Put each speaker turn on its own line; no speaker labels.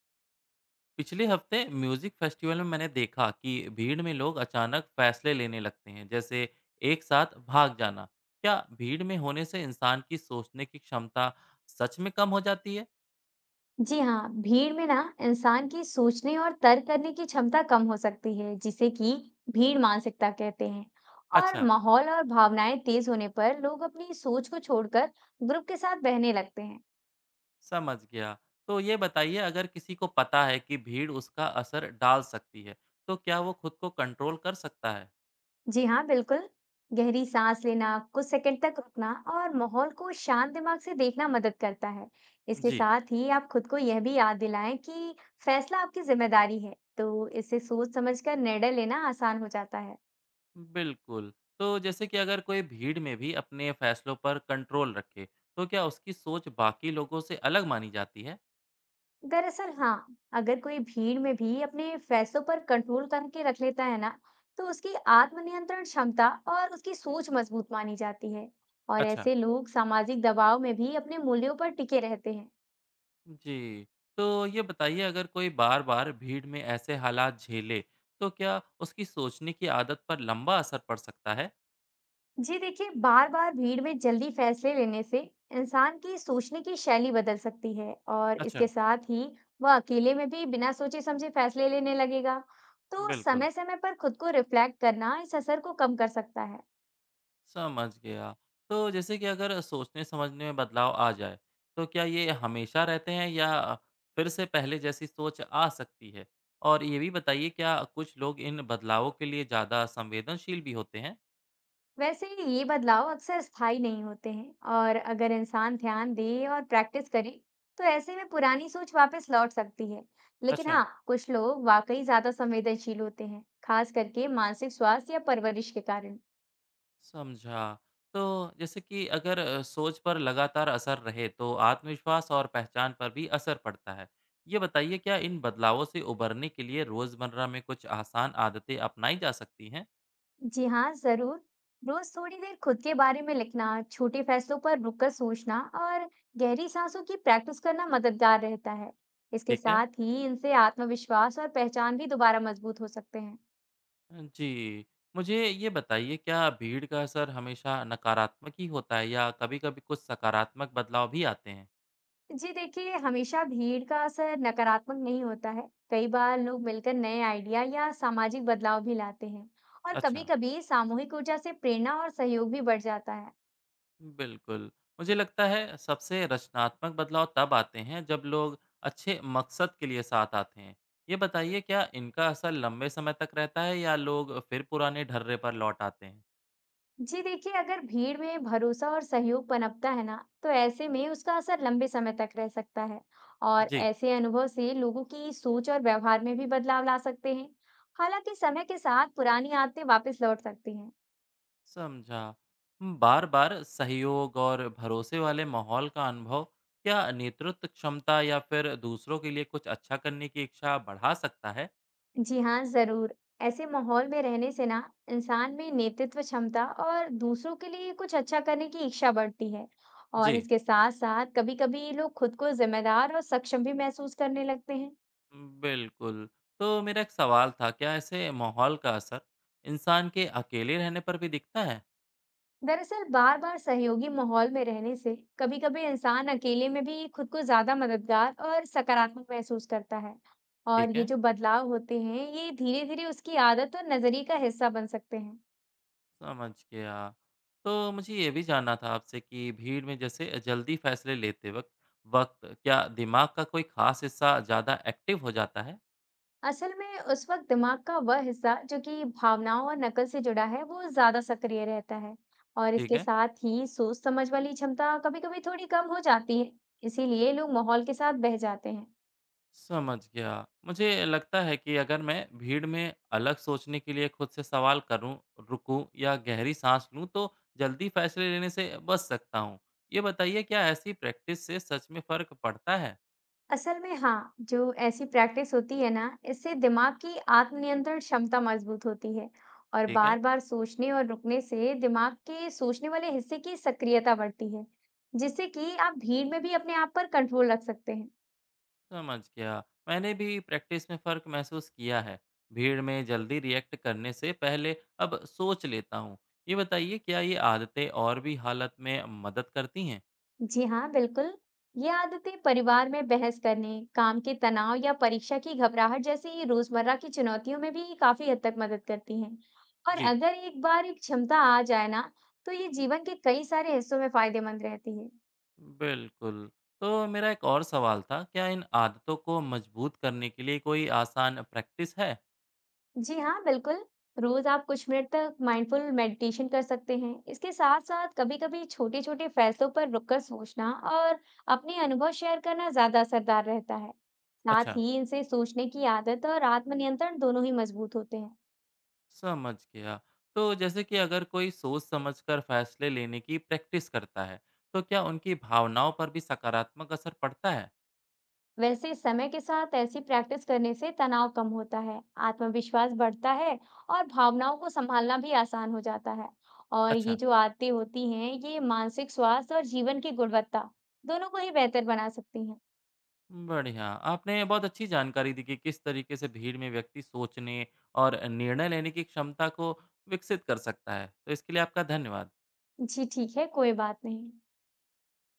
पिछले हफ्ते music festival में मैंने देखा कि भीड़ में लोग अचानक फैसले लेने लगते हैं जैसे एक साथ भाग जाना। क्या भीड़ में होने से इंसान की सोचने की क्षमता सच में कम हो जाती है?
जी हाँ, भीड़ में ना इंसान की सोचने और तर्क करने की क्षमता कम हो सकती है, जिसे कि भीड़ मानसिकता कहते हैं। और
अच्छा,
माहौल और भावनाएं तेज होने पर लोग अपनी सोच को छोड़कर ग्रुप के साथ बहने लगते हैं।
समझ गया। तो ये बताइए, अगर किसी को पता है कि भीड़ उसका असर डाल सकती है तो क्या वो खुद को कंट्रोल कर सकता है?
जी हाँ, बिल्कुल। गहरी सांस लेना, कुछ सेकंड तक रुकना और माहौल को शांत दिमाग से देखना मदद करता है। इसके
जी,
साथ ही आप खुद को यह भी याद दिलाएं कि फैसला आपकी जिम्मेदारी है, तो इससे सोच समझकर निर्णय लेना आसान हो जाता है।
बिल्कुल। तो जैसे कि अगर कोई भीड़ में भी अपने फैसलों पर कंट्रोल रखे तो क्या उसकी सोच बाकी लोगों से अलग मानी जाती है?
दरअसल हाँ, अगर कोई भीड़ में भी अपने फैसलों पर कंट्रोल करके रख लेता है ना, तो उसकी आत्मनियंत्रण क्षमता और उसकी सोच मजबूत मानी जाती है। और
अच्छा।
ऐसे लोग सामाजिक दबाव में भी अपने मूल्यों पर टिके रहते हैं।
जी। तो ये बताइए, अगर कोई बार-बार भीड़ में ऐसे हालात झेले, तो क्या उसकी सोचने की आदत पर लंबा असर पड़ सकता है?
जी देखिए, बार बार भीड़ में जल्दी फैसले लेने से इंसान की सोचने की शैली बदल सकती है। और इसके
अच्छा।
साथ ही वह अकेले में भी बिना सोचे समझे फैसले लेने लगेगा। तो
बिल्कुल।
समय समय पर खुद को रिफ्लेक्ट करना इस असर को कम कर सकता है।
समझ गया। तो जैसे कि अगर सोचने-समझने में बदलाव आ जाए, तो क्या ये हमेशा रहते हैं या फिर से पहले जैसी सोच आ सकती है? और ये भी बताइए, क्या कुछ लोग इन बदलावों के लिए ज़्यादा संवेदनशील भी होते हैं?
वैसे ये बदलाव अक्सर स्थायी नहीं होते हैं, और अगर इंसान ध्यान दे और प्रैक्टिस करे तो ऐसे में पुरानी सोच वापस लौट सकती है। लेकिन
अच्छा।
हाँ, कुछ लोग वाकई ज्यादा संवेदनशील होते हैं, खास करके मानसिक स्वास्थ्य या परवरिश के कारण।
समझा। तो जैसे कि अगर सोच पर लगातार असर रहे तो आत्मविश्वास और पहचान पर भी असर पड़ता है। ये बताइए, क्या इन बदलावों से उभरने के लिए रोज़मर्रा में कुछ आसान आदतें अपनाई जा सकती हैं?
जी हाँ, जरूर। रोज थोड़ी देर खुद के बारे में लिखना, छोटे फैसलों पर रुककर सोचना और गहरी सांसों की प्रैक्टिस करना मददगार रहता है। इसके
ठीक है।
साथ ही इनसे आत्मविश्वास और पहचान भी दोबारा मजबूत हो सकते हैं।
जी, मुझे ये बताइए, क्या भीड़ का असर हमेशा नकारात्मक ही होता है या कभी-कभी कुछ सकारात्मक बदलाव भी आते हैं?
जी देखिए, हमेशा भीड़ का असर नकारात्मक नहीं होता है। कई बार लोग मिलकर नए आइडिया या सामाजिक बदलाव भी लाते हैं। और
अच्छा।
कभी-कभी सामूहिक ऊर्जा से प्रेरणा और सहयोग भी बढ़ जाता है।
बिल्कुल। मुझे लगता है सबसे रचनात्मक बदलाव तब आते हैं जब लोग अच्छे मकसद के लिए साथ आते हैं। ये बताइए, क्या इनका असर लंबे समय तक रहता है या लोग फिर पुराने ढर्रे पर लौट आते हैं?
जी देखिए, अगर भीड़ में भरोसा और सहयोग पनपता है ना, तो ऐसे में उसका असर लंबे समय तक रह सकता है। और
जी।
ऐसे अनुभव से लोगों की सोच और व्यवहार में भी बदलाव ला सकते हैं। हालांकि समय के साथ पुरानी आदतें वापस लौट सकती हैं।
समझा। बार-बार सहयोग और भरोसे वाले माहौल का अनुभव क्या नेतृत्व क्षमता या फिर दूसरों के लिए कुछ अच्छा करने की इच्छा बढ़ा सकता है?
जी हाँ, जरूर। ऐसे माहौल में रहने से ना इंसान में नेतृत्व क्षमता और दूसरों के लिए कुछ अच्छा करने की इच्छा बढ़ती है। और
जी।
इसके साथ साथ कभी-कभी लोग खुद को जिम्मेदार और सक्षम भी महसूस करने लगते हैं।
बिल्कुल। तो मेरा एक सवाल था, क्या ऐसे माहौल का असर इंसान के अकेले रहने पर भी दिखता है?
दरअसल बार-बार सहयोगी माहौल में रहने से कभी-कभी इंसान अकेले में भी खुद को ज्यादा मददगार और सकारात्मक महसूस करता है। और
ठीक
ये
है,
जो बदलाव होते हैं, ये धीरे-धीरे उसकी आदत और नजरिए का हिस्सा बन सकते हैं।
समझ गया। तो मुझे ये भी जानना था आपसे कि भीड़ में जैसे जल्दी फैसले लेते वक़्त वक़्त क्या दिमाग का कोई ख़ास हिस्सा ज़्यादा एक्टिव हो जाता है?
असल में उस वक्त दिमाग का वह हिस्सा जो कि भावनाओं और नकल से जुड़ा है, वो ज्यादा सक्रिय रहता है। और
ठीक
इसके
है।
साथ ही सोच समझ वाली क्षमता कभी-कभी थोड़ी कम हो जाती है। इसीलिए लोग माहौल के साथ बह जाते हैं।
समझ गया। मुझे लगता है कि अगर मैं भीड़ में अलग सोचने के लिए खुद से सवाल करूं, रुकूं या गहरी सांस लूं तो जल्दी फैसले लेने से बच सकता हूं। ये बताइए, क्या ऐसी प्रैक्टिस से सच में फ़र्क पड़ता है?
असल में हाँ, जो ऐसी प्रैक्टिस होती है ना, इससे दिमाग की आत्मनियंत्रण क्षमता मजबूत होती है। और
ठीक है,
बार-बार सोचने और रुकने से दिमाग के सोचने वाले हिस्से की सक्रियता बढ़ती है, जिससे कि आप भीड़ में भी अपने आप पर कंट्रोल रख सकते हैं।
समझ गया। मैंने भी प्रैक्टिस में फ़र्क महसूस किया है। भीड़ में जल्दी रिएक्ट करने से पहले अब सोच लेता हूँ। ये बताइए, क्या ये आदतें और भी हालत में मदद करती हैं?
जी हाँ, बिल्कुल। ये आदतें परिवार में बहस करने, काम के तनाव या परीक्षा की घबराहट जैसी रोजमर्रा की चुनौतियों में भी काफी हद तक मदद करती हैं। और
जी,
अगर एक बार एक क्षमता आ जाए ना, तो ये जीवन के कई सारे हिस्सों में फायदेमंद रहती है।
बिल्कुल। तो मेरा एक और सवाल था, क्या इन आदतों को मजबूत करने के लिए कोई आसान प्रैक्टिस है?
जी हाँ, बिल्कुल। रोज आप कुछ मिनट तक माइंडफुल मेडिटेशन कर सकते हैं। इसके साथ-साथ कभी-कभी छोटे-छोटे फैसलों पर रुककर सोचना और अपने अनुभव शेयर करना ज़्यादा असरदार रहता है। साथ
अच्छा,
ही इनसे सोचने की आदत और आत्मनियंत्रण दोनों ही मजबूत होते हैं।
समझ गया। तो जैसे कि अगर कोई सोच समझकर फैसले लेने की प्रैक्टिस करता है, तो क्या उनकी भावनाओं पर भी सकारात्मक असर पड़ता है?
वैसे समय के साथ ऐसी प्रैक्टिस करने से तनाव कम होता है, आत्मविश्वास बढ़ता है और भावनाओं को संभालना भी आसान हो जाता है। और ये
अच्छा।
जो आदतें होती हैं, ये मानसिक स्वास्थ्य और जीवन की गुणवत्ता दोनों को ही बेहतर बना सकती हैं।
बढ़िया। आपने बहुत अच्छी जानकारी दी कि किस तरीके से भीड़ में व्यक्ति सोचने और निर्णय लेने की क्षमता को विकसित कर सकता है। तो इसके लिए आपका धन्यवाद।
जी ठीक है, कोई बात नहीं।